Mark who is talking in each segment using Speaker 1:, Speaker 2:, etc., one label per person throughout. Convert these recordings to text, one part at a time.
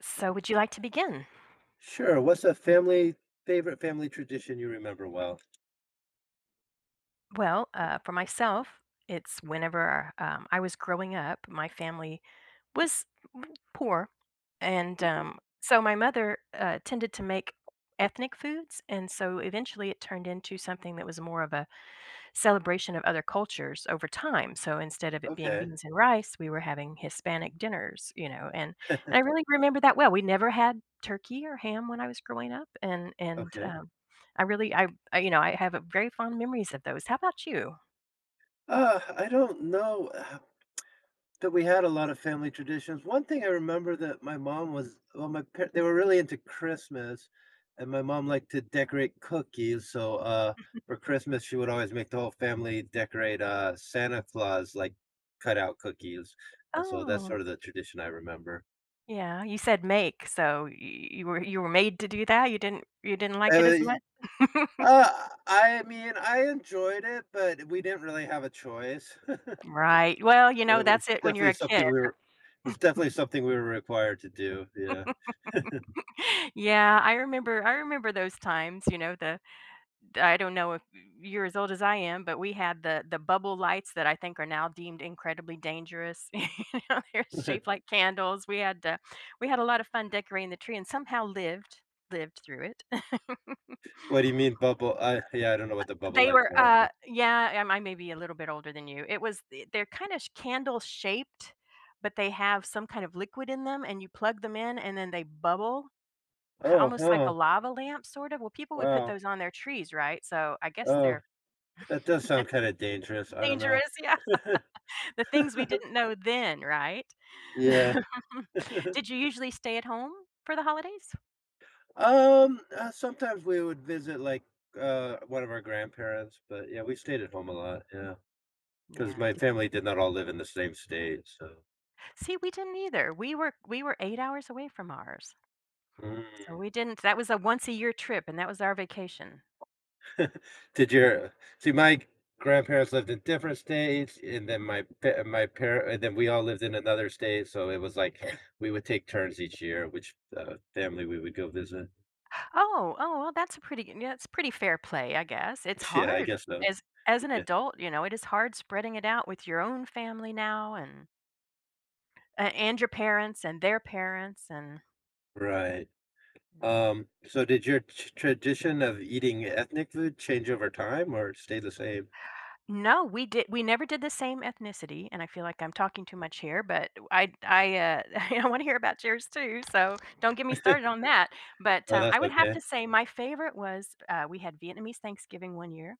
Speaker 1: So, would you like to begin?
Speaker 2: Sure, what's a family favorite family tradition you remember well?
Speaker 1: Well, for myself, it's whenever I was growing up, my family was poor. And
Speaker 2: Mhm.
Speaker 1: so my mother tended to make ethnic foods. And so eventually it turned into something that was more of a celebration of other cultures over time. So instead of it being
Speaker 2: Okay.
Speaker 1: beans and rice, we were having Hispanic dinners, and I really remember that well. We never had turkey or ham when I was growing up, and and
Speaker 2: Okay.
Speaker 1: um, I really, I have a very fond memories of those. How about you?
Speaker 2: I don't know that we had a lot of family traditions. One thing I remember that my mom was well, my par they were really into Christmas, and my mom liked to decorate cookies, so, for Christmas, she would always make the whole family decorate, Santa Claus, like, cutout cookies, and so that's
Speaker 1: Oh,
Speaker 2: sort of the tradition I remember.
Speaker 1: yeah, you said make, so you were made to do that. You didn't like it as
Speaker 2: uh
Speaker 1: much,
Speaker 2: Uh, I mean, I enjoyed it, but we didn't really have a choice.
Speaker 1: right? Well,
Speaker 2: It was
Speaker 1: that's it when you're
Speaker 2: definitely
Speaker 1: a kid.
Speaker 2: something we were it's definitely something we were required to do, yeah.
Speaker 1: Yeah, I remember those times, you know, the I don't know if you're as old as I am, but we had the bubble lights that I think are now deemed incredibly dangerous. They're shaped like candles. We had a lot of fun decorating the tree and somehow lived through it.
Speaker 2: What do you mean bubble I yeah, I don't know what the bubble lights are.
Speaker 1: I may be a little bit older than you. It was They're kind of candle shaped, but they have some kind of liquid in them and you plug them in and then they bubble.
Speaker 2: Oh,
Speaker 1: Almost like
Speaker 2: huh,
Speaker 1: a lava lamp, sort of? Well, people would put
Speaker 2: wow.
Speaker 1: those on their trees, right? So, I guess
Speaker 2: Oh,
Speaker 1: they're
Speaker 2: that does sound kinda dangerous, I don't know.
Speaker 1: dangerous, yeah. The things we didn't know then, right?
Speaker 2: Yeah.
Speaker 1: Did you usually stay at home for the holidays?
Speaker 2: Sometimes we would visit, like, one of our grandparents, but, yeah, we stayed at home a lot. Yeah. Because
Speaker 1: Yeah,
Speaker 2: my
Speaker 1: d
Speaker 2: family did not all live in the same state, so.
Speaker 1: see, we didn't either. We were 8 hours away from ours, so
Speaker 2: Mm.
Speaker 1: we didn't that was a once a year trip, and that was our vacation.
Speaker 2: Did your see my grandparents lived in different states, and then my pa- my parent, and then we all lived in another state. So it was like we would take turns each year, which family we would go visit.
Speaker 1: Oh, oh, well, that's a pretty g yeah, it's pretty fair play, I guess. It's
Speaker 2: Yeah, I
Speaker 1: hard
Speaker 2: guess so.
Speaker 1: as as an
Speaker 2: Yeah,
Speaker 1: adult, it is hard spreading it out with your own family now, and A and your parents and their parents, and
Speaker 2: right.
Speaker 1: Mhm.
Speaker 2: So did your t- tradition of eating ethnic food change over time or stay the same?
Speaker 1: No, we never did the same ethnicity, and I feel like I'm talking too much here, but I wanna hear about yours too, so don't get me started on that, but,
Speaker 2: Oh, that's
Speaker 1: I would have
Speaker 2: okay.
Speaker 1: to say my favorite was, we had Vietnamese Thanksgiving one year,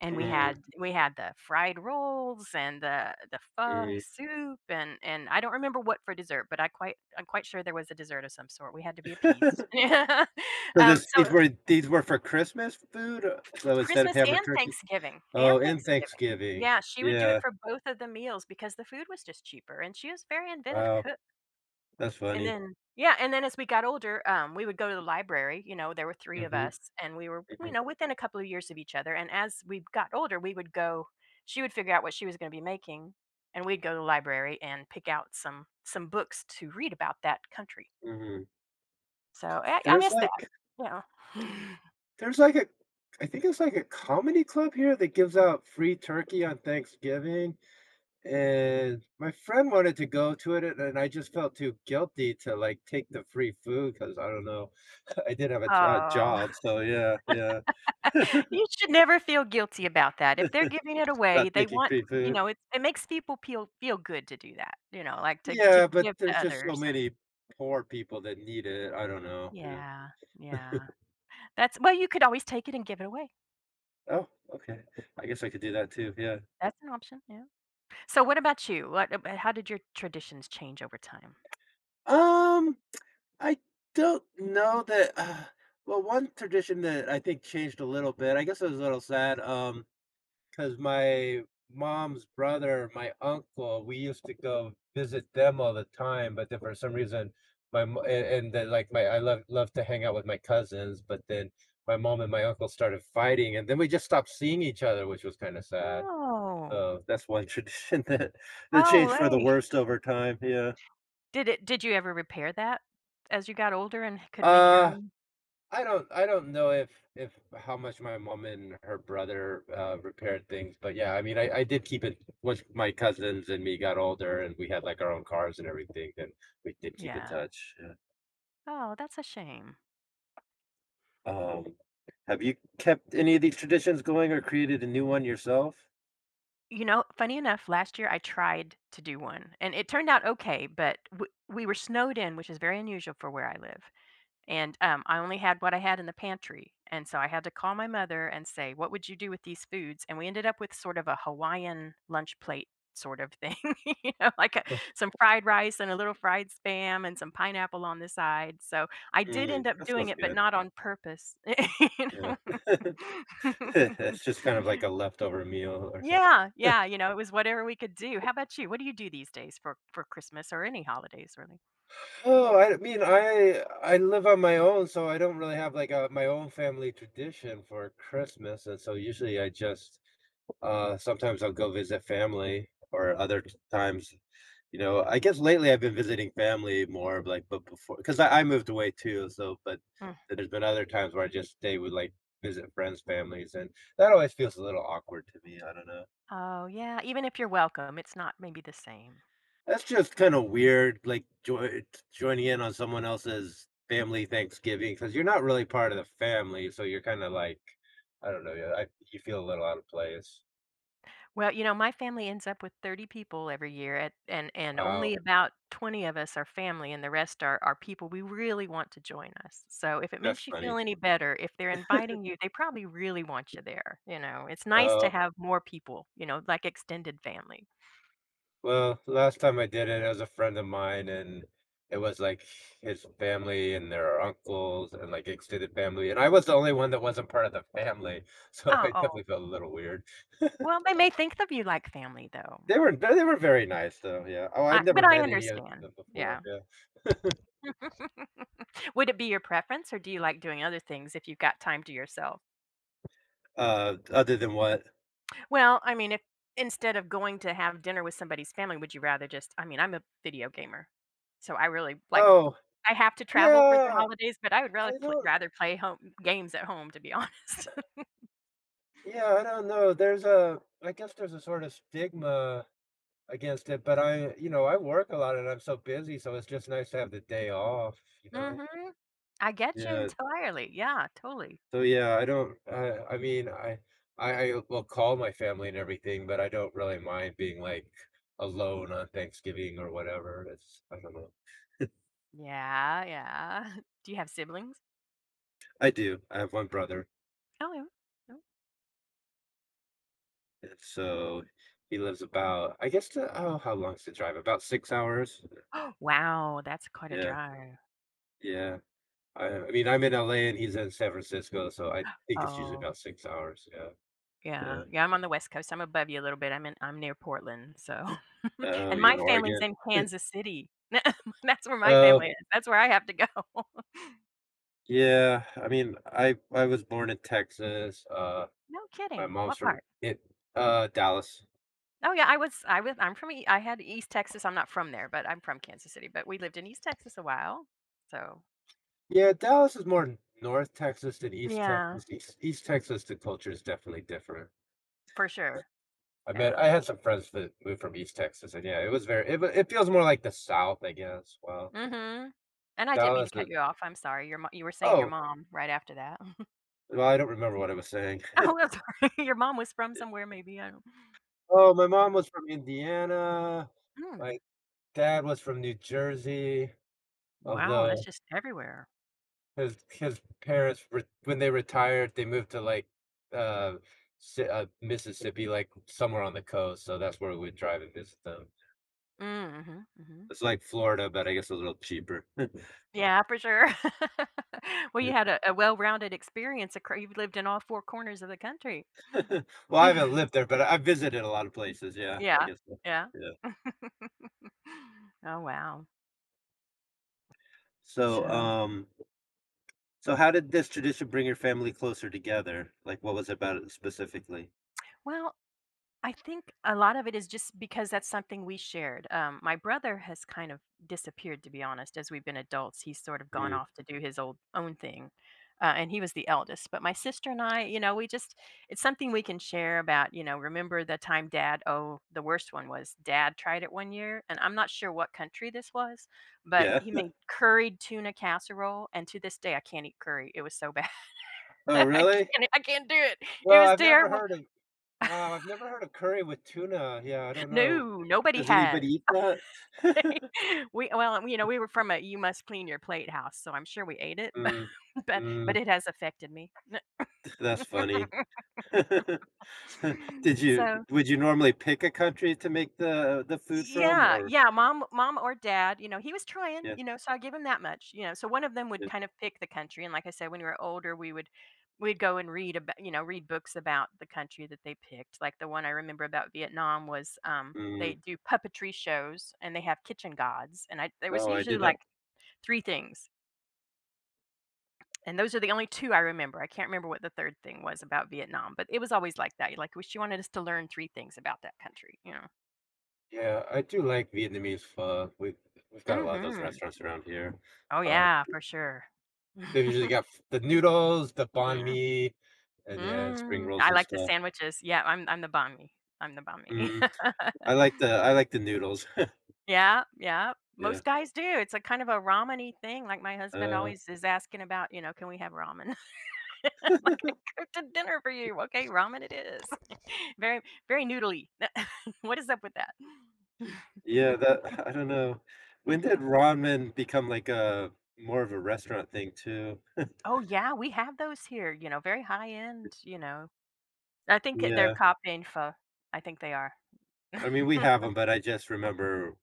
Speaker 1: and we
Speaker 2: Mm,
Speaker 1: had we had the fried rolls and the pho
Speaker 2: mm.
Speaker 1: soup, and I don't remember what for dessert, but I'm quite sure there was a dessert of some sort, we had to be appeased.
Speaker 2: So
Speaker 1: Um,
Speaker 2: this
Speaker 1: so
Speaker 2: these were for Christmas food. So instead of
Speaker 1: Christmas
Speaker 2: ham or
Speaker 1: and
Speaker 2: turkey,
Speaker 1: Thanksgiving, and
Speaker 2: oh, and
Speaker 1: Thanksgiving.
Speaker 2: Thanksgiving.
Speaker 1: Yeah, she would do it
Speaker 2: Yeah.
Speaker 1: for both of the meals because the food was just cheaper, and she was very inventive
Speaker 2: Wow,
Speaker 1: cook.
Speaker 2: that's
Speaker 1: And
Speaker 2: funny.
Speaker 1: then yeah, and then as we got older, we would go to the library, there were 3 of
Speaker 2: Mhm,
Speaker 1: us, and we were,
Speaker 2: mhm,
Speaker 1: within a couple of years of each other, and as we got older, we would go she would figure out what she was gonna be making, and we'd go to the library and pick out some books to read about that country.
Speaker 2: mhm.
Speaker 1: So, I
Speaker 2: There's
Speaker 1: miss that.
Speaker 2: like
Speaker 1: Yeah.
Speaker 2: there's like a I think it's like a comedy club here that gives out free turkey on Thanksgiving, and my friend wanted to go to it, and I just felt too guilty to, like, take the free food because I don't know, I did have a j a
Speaker 1: Oh.
Speaker 2: job, so yeah, yeah,
Speaker 1: You should never feel guilty about that. If they're giving it away,
Speaker 2: not
Speaker 1: they
Speaker 2: taking
Speaker 1: want
Speaker 2: free food.
Speaker 1: it makes people feel good to do that, like to
Speaker 2: Yeah, but
Speaker 1: give
Speaker 2: there's
Speaker 1: to
Speaker 2: just so
Speaker 1: others and
Speaker 2: many poor people that need it, I don't know, yeah.
Speaker 1: Yeah, yeah. That's well, you could always take it and give it away.
Speaker 2: Oh, okay. I guess I could do that too, yeah.
Speaker 1: That's an option, yeah. So what about you? What ab How did your traditions change over time?
Speaker 2: Um, I don't know that well, one tradition that I think changed a little bit, I guess it was a little sad. Because my mom's brother, my uncle, we used to go visit them all the time, but then for some reason, my mo and then, like, my I love to hang out with my cousins, but then my mom and my uncle started fighting, and then we just stopped seeing each other, which was kinda sad.
Speaker 1: Oh.
Speaker 2: So, that's one tradition that
Speaker 1: Oh,
Speaker 2: changed for the
Speaker 1: wait.
Speaker 2: worst over time, yeah.
Speaker 1: Did you ever repair that as you got older and could make your
Speaker 2: Uh
Speaker 1: own?
Speaker 2: I don't know if how much my mom and her brother repaired things, but yeah, I mean I did keep it once my cousins and me got older and we had like our own cars and everything, then we did keep in
Speaker 1: Yeah.
Speaker 2: touch. Yeah.
Speaker 1: Oh, that's a shame.
Speaker 2: Um, have you kept any of these traditions going or created a new one yourself?
Speaker 1: Funny enough, last year I tried to do one, and it turned out okay, but w we were snowed in, which is very unusual for where I live, and, I only had what I had in the pantry, and so I had to call my mother and say, "What would you do with these foods?" And we ended up with sort of a Hawaiian lunch plate sort of thing, like, some fried rice and a little fried Spam and some pineapple on the side, so I did
Speaker 2: Mm,
Speaker 1: end up
Speaker 2: that
Speaker 1: doing
Speaker 2: sounds
Speaker 1: it, but
Speaker 2: good.
Speaker 1: not on purpose, you
Speaker 2: Yeah.
Speaker 1: know?
Speaker 2: It's just kind of like a leftover meal or something.
Speaker 1: Yeah, yeah, it was whatever we could do. How about you? What do you do these days for Christmas or any holidays, really?
Speaker 2: Oh, I mean, I live on my own, so I don't really have like a my own family tradition for Christmas, and so usually I just sometimes I'll go visit family or other t- times, you know, I guess lately I've been visiting family more like but before because I moved away too, so but
Speaker 1: Mm.
Speaker 2: there's been other times where I just stay with like visit friends' families, and that always feels a little awkward to me. I don't know.
Speaker 1: Oh, yeah, even if you're welcome, it's not maybe the same.
Speaker 2: That's just kinda weird, like, joining in on someone else's family Thanksgiving because 'cause you're not really part of the family, so you're kinda like I don't know, yeah, I you feel a little out of place.
Speaker 1: Well, my family ends up with 30 people every year at, and
Speaker 2: Wow,
Speaker 1: only about 20 of us are family and the rest are people we really want to join us. So, if it
Speaker 2: that's
Speaker 1: makes you feel
Speaker 2: funny.
Speaker 1: any better, if they're inviting you, they probably really want you there. It's nice to
Speaker 2: Uh,
Speaker 1: have more people, like extended family.
Speaker 2: well, last time I did it, it was a friend of mine, and it was, like, his family and their uncles and, like, extended family, and I was the only one that wasn't part of the family, so I
Speaker 1: Oh,
Speaker 2: definitely felt a little weird.
Speaker 1: well, they may think of you like family though.
Speaker 2: They were very nice though, yeah. Oh, I'd
Speaker 1: I
Speaker 2: never
Speaker 1: but I
Speaker 2: met any of
Speaker 1: understand.
Speaker 2: them before,
Speaker 1: Yeah.
Speaker 2: yeah.
Speaker 1: Would it be your preference, or do you like doing other things if you've got time to yourself?
Speaker 2: Other than what?
Speaker 1: Well, I mean, if instead of going to have dinner with somebody's family, would you rather just I mean, I'm a video gamer, so I really like
Speaker 2: Oh,
Speaker 1: I have to travel for the
Speaker 2: yeah,
Speaker 1: holidays, but I would
Speaker 2: I
Speaker 1: rather pl
Speaker 2: don't
Speaker 1: rather play home games at home, to be honest.
Speaker 2: yeah, I don't know. There's a I guess there's a sort of stigma against it, but I you know, I work a lot and I'm so busy, so it's just nice to have the day off, you know?
Speaker 1: Mhm. I get you
Speaker 2: Yeah.
Speaker 1: entirely. Yeah, totally.
Speaker 2: So, yeah, I don't I mean, I I will call my family and everything, but I don't really mind being, like, alone on Thanksgiving or whatever. It's I don't know.
Speaker 1: Yeah, yeah. Do you have siblings?
Speaker 2: I do. I have one brother,
Speaker 1: Oh, yeah.
Speaker 2: and so he lives about, I guess, the, oh, how long's the drive? About 6 hours.
Speaker 1: Oh. Wow, that's quite a
Speaker 2: Yeah,
Speaker 1: drive.
Speaker 2: yeah. I
Speaker 1: Yeah.
Speaker 2: mean, I'm in LA and he's in San Francisco, so I think it's usually
Speaker 1: Oh.
Speaker 2: about 6 hours. Yeah,
Speaker 1: Yeah,
Speaker 2: yeah.
Speaker 1: yeah, I'm on the West Coast, I'm above you a little bit, I'm near Portland, so
Speaker 2: Oh,
Speaker 1: and
Speaker 2: you're
Speaker 1: my
Speaker 2: in
Speaker 1: family's
Speaker 2: Oregon?
Speaker 1: in Kansas City. That's where my family
Speaker 2: Oh,
Speaker 1: is, that's where I have to go.
Speaker 2: yeah. I mean, I was born in Texas.
Speaker 1: No
Speaker 2: My
Speaker 1: kidding,
Speaker 2: mom's
Speaker 1: what
Speaker 2: from
Speaker 1: part?
Speaker 2: it, Dallas.
Speaker 1: Oh, yeah, I had East Texas, I'm not from there, but I'm from Kansas City, but we lived in East Texas a while, so
Speaker 2: Yeah, Dallas is more North Texas than East
Speaker 1: Yeah,
Speaker 2: Texas. East, East Texas, the culture is definitely different.
Speaker 1: for sure, yeah.
Speaker 2: I had some friends that moved from East Texas, and yeah, it was very, it feels more like the South, I guess. Wow.
Speaker 1: Mhm, and I didn't mean to
Speaker 2: Dallas
Speaker 1: cut
Speaker 2: is,
Speaker 1: you off, I'm sorry, you were saying your
Speaker 2: oh,
Speaker 1: mom right after that.
Speaker 2: well, I don't remember what I was saying.
Speaker 1: Oh, I'm sorry, your mom was from somewhere maybe, I don't
Speaker 2: Oh, my mom was from Indiana.
Speaker 1: Mm,
Speaker 2: My dad was from New Jersey,
Speaker 1: wow, that's
Speaker 2: although
Speaker 1: just everywhere.
Speaker 2: his parents, re when they retired, they moved to like uh, Si Mississippi, like somewhere on the coast. So that's where we would drive and visit them.
Speaker 1: Mm, mhm, mhm.
Speaker 2: It's like Florida, but I guess a little cheaper.
Speaker 1: Yeah, for sure. Well, you had a well-rounded experience acro you've lived in all 4 corners of the country.
Speaker 2: Well, I haven't lived there, but I've visited a lot of places, yeah, I
Speaker 1: Yeah,
Speaker 2: guess so,
Speaker 1: yeah.
Speaker 2: yeah.
Speaker 1: Oh, wow.
Speaker 2: So,
Speaker 1: So,
Speaker 2: so how did this tradition bring your family closer together? Like, what was it about it specifically?
Speaker 1: well, I think a lot of it is just because that's something we shared. My brother has kind of disappeared, to be honest, as we've been adults. He's sort of gone
Speaker 2: Mm,
Speaker 1: off to do his old own thing, and he was the eldest. But my sister and I, you know, we just it's something we can share about. Remember the time, Dad? Oh, the worst one was Dad tried it one year, and I'm not sure what country this was, but
Speaker 2: yeah.
Speaker 1: he made curried tuna casserole, and to this day I can't eat curry. It was so bad. I
Speaker 2: Oh, really?
Speaker 1: can't. I can't do it. It
Speaker 2: Well,
Speaker 1: was
Speaker 2: I've never
Speaker 1: terrible.
Speaker 2: heard of Wow, I've never heard of curry with tuna, yeah, I don't know.
Speaker 1: No, nobody
Speaker 2: Does
Speaker 1: has.
Speaker 2: anybody eat that?
Speaker 1: We well, we were from a "you must clean your plate" house, so I'm sure we ate it,
Speaker 2: Mm,
Speaker 1: but
Speaker 2: mm,
Speaker 1: it has affected me.
Speaker 2: that's funny. Did
Speaker 1: So
Speaker 2: you Would you normally pick a country to make the food from
Speaker 1: yeah,
Speaker 2: or
Speaker 1: yeah, mom or dad, he was trying,
Speaker 2: yeah,
Speaker 1: so I give him that much, so one of them would
Speaker 2: yeah,
Speaker 1: kind of pick the country, and like I said, when we were older, we'd go and read books about the country that they picked, like, the one I remember about Vietnam was, they
Speaker 2: mm,
Speaker 1: do puppetry shows, and they have kitchen gods, and I there was
Speaker 2: oh, I
Speaker 1: usually,
Speaker 2: did not.
Speaker 1: like, 3 things. And those are the only 2 I remember. I can't remember what the 3rd thing was about Vietnam, but it was always like that. Like, well, she wanted us to learn 3 things about that country, you know?
Speaker 2: Yeah, I do like Vietnamese pho. We've got a lot of those
Speaker 1: Mhm.
Speaker 2: restaurants around here.
Speaker 1: Oh,
Speaker 2: Uh,
Speaker 1: yeah, for sure.
Speaker 2: they've usually got f the noodles, the banh
Speaker 1: Mm.
Speaker 2: mi, and yeah, spring
Speaker 1: Mm.
Speaker 2: rolls
Speaker 1: I
Speaker 2: and
Speaker 1: like the
Speaker 2: stuff.
Speaker 1: sandwiches. Yeah, I'm the banh
Speaker 2: Mm, I like the noodles.
Speaker 1: Yeah, yeah.
Speaker 2: Yeah.
Speaker 1: Most guys do. It's a kind of a ramen-y thing. Like, my husband
Speaker 2: Uh,
Speaker 1: always is asking about, "Can we have ramen?" Like, "I cooked a dinner for you. Okay, ramen it is." Very very noodly. What is up with that?
Speaker 2: yeah, that I don't know. When did ramen become like a more of a restaurant thing too?
Speaker 1: Oh, yeah, we have those here, very high end. I think that they're
Speaker 2: Yeah.
Speaker 1: Cop-Info. I think they are.
Speaker 2: I mean, we have them, but I just remember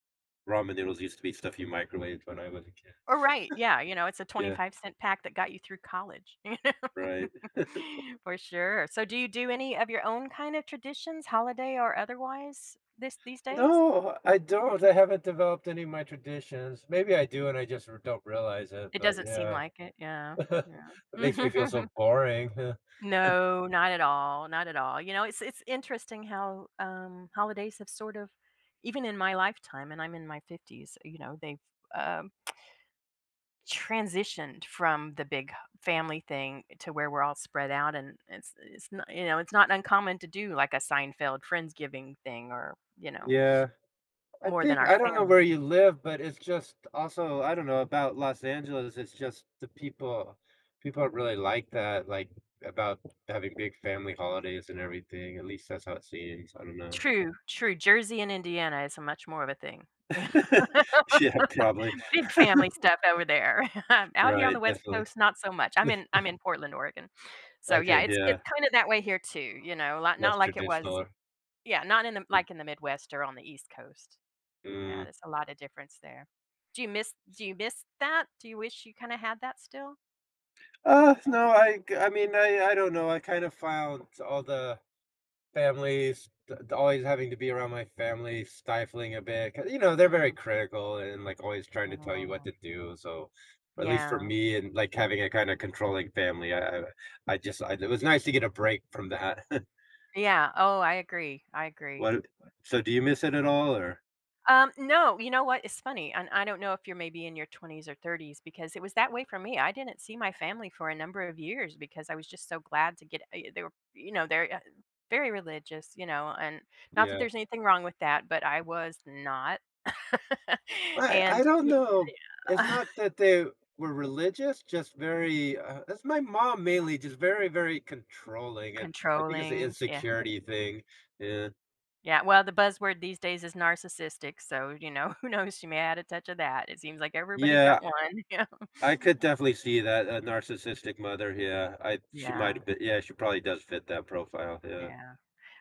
Speaker 2: ramen noodles used to be stuff you microwaved when I was a kid.
Speaker 1: Or right, yeah, it's a
Speaker 2: Yeah,
Speaker 1: 25-cent pack that got you through college, you
Speaker 2: right.
Speaker 1: know? For sure. So do you do any of your own kind of traditions, holiday or otherwise, this these days?
Speaker 2: No, I don't. I haven't developed any of my traditions. Maybe I do, and I just r- don't realize it.
Speaker 1: It
Speaker 2: But
Speaker 1: doesn't seem
Speaker 2: yeah,
Speaker 1: like it. Yeah,
Speaker 2: it makes
Speaker 1: yeah.
Speaker 2: me feel so boring.
Speaker 1: No, not at all, not at all. It's interesting how, holidays have sort of even in my lifetime, and I'm in my 50s, they've, um, transitioned from the big family thing to where we're all spread out, and it's not it's not uncommon to do like a Seinfeld Friendsgiving thing or,
Speaker 2: Yeah, I
Speaker 1: more than
Speaker 2: think
Speaker 1: our
Speaker 2: I don't know
Speaker 1: family.
Speaker 2: where you live, but it's just also I don't know about Los Angeles. It's just the people. People really like that, like about having big family holidays and everything. At least that's how it seems. I don't know.
Speaker 1: True, true. Jersey and Indiana is a much more of a thing.
Speaker 2: Yeah, probably.
Speaker 1: Big family stuff over there. Out here on the
Speaker 2: Right,
Speaker 1: West
Speaker 2: definitely.
Speaker 1: Coast, not so much. I'm in Portland, Oregon. So, yeah,
Speaker 2: Okay,
Speaker 1: it's
Speaker 2: yeah,
Speaker 1: kinda that way here too, you know, lot
Speaker 2: less
Speaker 1: not like it was
Speaker 2: traditional.
Speaker 1: yeah, not in the like in the Midwest or on the East Coast. Yeah,
Speaker 2: Mm.
Speaker 1: there's a lot of difference there. Do you miss that? Do you wish you kinda had that still?
Speaker 2: No, I mean, I don't know. I kind of found all the families th- always having to be around my family stifling a bit. 'Cause, you know, they're very
Speaker 1: Mm.
Speaker 2: critical and like always trying to tell you what
Speaker 1: Oh,
Speaker 2: to do. So, at least for
Speaker 1: yeah.
Speaker 2: me and like having a kind of controlling family, it was nice to get a break from that.
Speaker 1: Yeah, oh, I agree, I agree.
Speaker 2: What? So, do you miss it at all, or
Speaker 1: No, you know what? It's funny, and I don't know if you're maybe in your 20s or 30s because it was that way for me. I didn't see my family for a number of years because I was just so glad to get. They're very religious, and not that
Speaker 2: yeah?
Speaker 1: there's anything wrong with that, but I was not. and
Speaker 2: I don't
Speaker 1: y-
Speaker 2: know. It's not that they were religious, just very, it's my mom mainly, just very, very controlling, and I think it's an
Speaker 1: Controlling, yeah,
Speaker 2: insecurity thing. Yeah.
Speaker 1: yeah. Well, the buzzword these days is narcissistic, so who knows? She may add a touch of that. It seems like everybody's got
Speaker 2: Yeah,
Speaker 1: one.
Speaker 2: I could definitely see that, a narcissistic mother, yeah. I she might
Speaker 1: Yeah,
Speaker 2: have been yeah, she probably does fit that profile,
Speaker 1: yeah,
Speaker 2: yeah.
Speaker 1: yeah.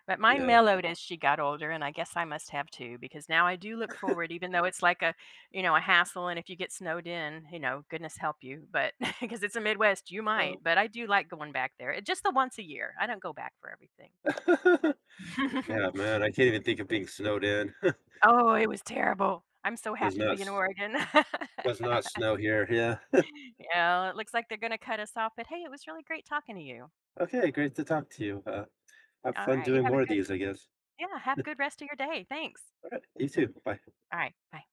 Speaker 1: But mine
Speaker 2: Yeah,
Speaker 1: mellowed as she got older, and I guess I must have too, because now I do look forward, even though it's like a hassle. And if you get snowed in, goodness help you. But because it's the Midwest, you might.
Speaker 2: so.
Speaker 1: But I do like going back there. Just the once a year. I don't go back for everything.
Speaker 2: Yeah, man, I can't even think of being snowed in.
Speaker 1: Oh, it was terrible. I'm so
Speaker 2: Does
Speaker 1: happy to
Speaker 2: not
Speaker 1: be in
Speaker 2: s
Speaker 1: Oregon.
Speaker 2: does not snow here, yeah.
Speaker 1: Yeah, it looks like they're going to cut us off. But hey, it was really great talking to you.
Speaker 2: Okay, great to talk to you, have
Speaker 1: All
Speaker 2: fun
Speaker 1: right, you
Speaker 2: doing
Speaker 1: have a
Speaker 2: more of
Speaker 1: good,
Speaker 2: these, I guess.
Speaker 1: yeah, have a good rest of your day. Thanks.
Speaker 2: Alright, you too, bye.
Speaker 1: All right, bye.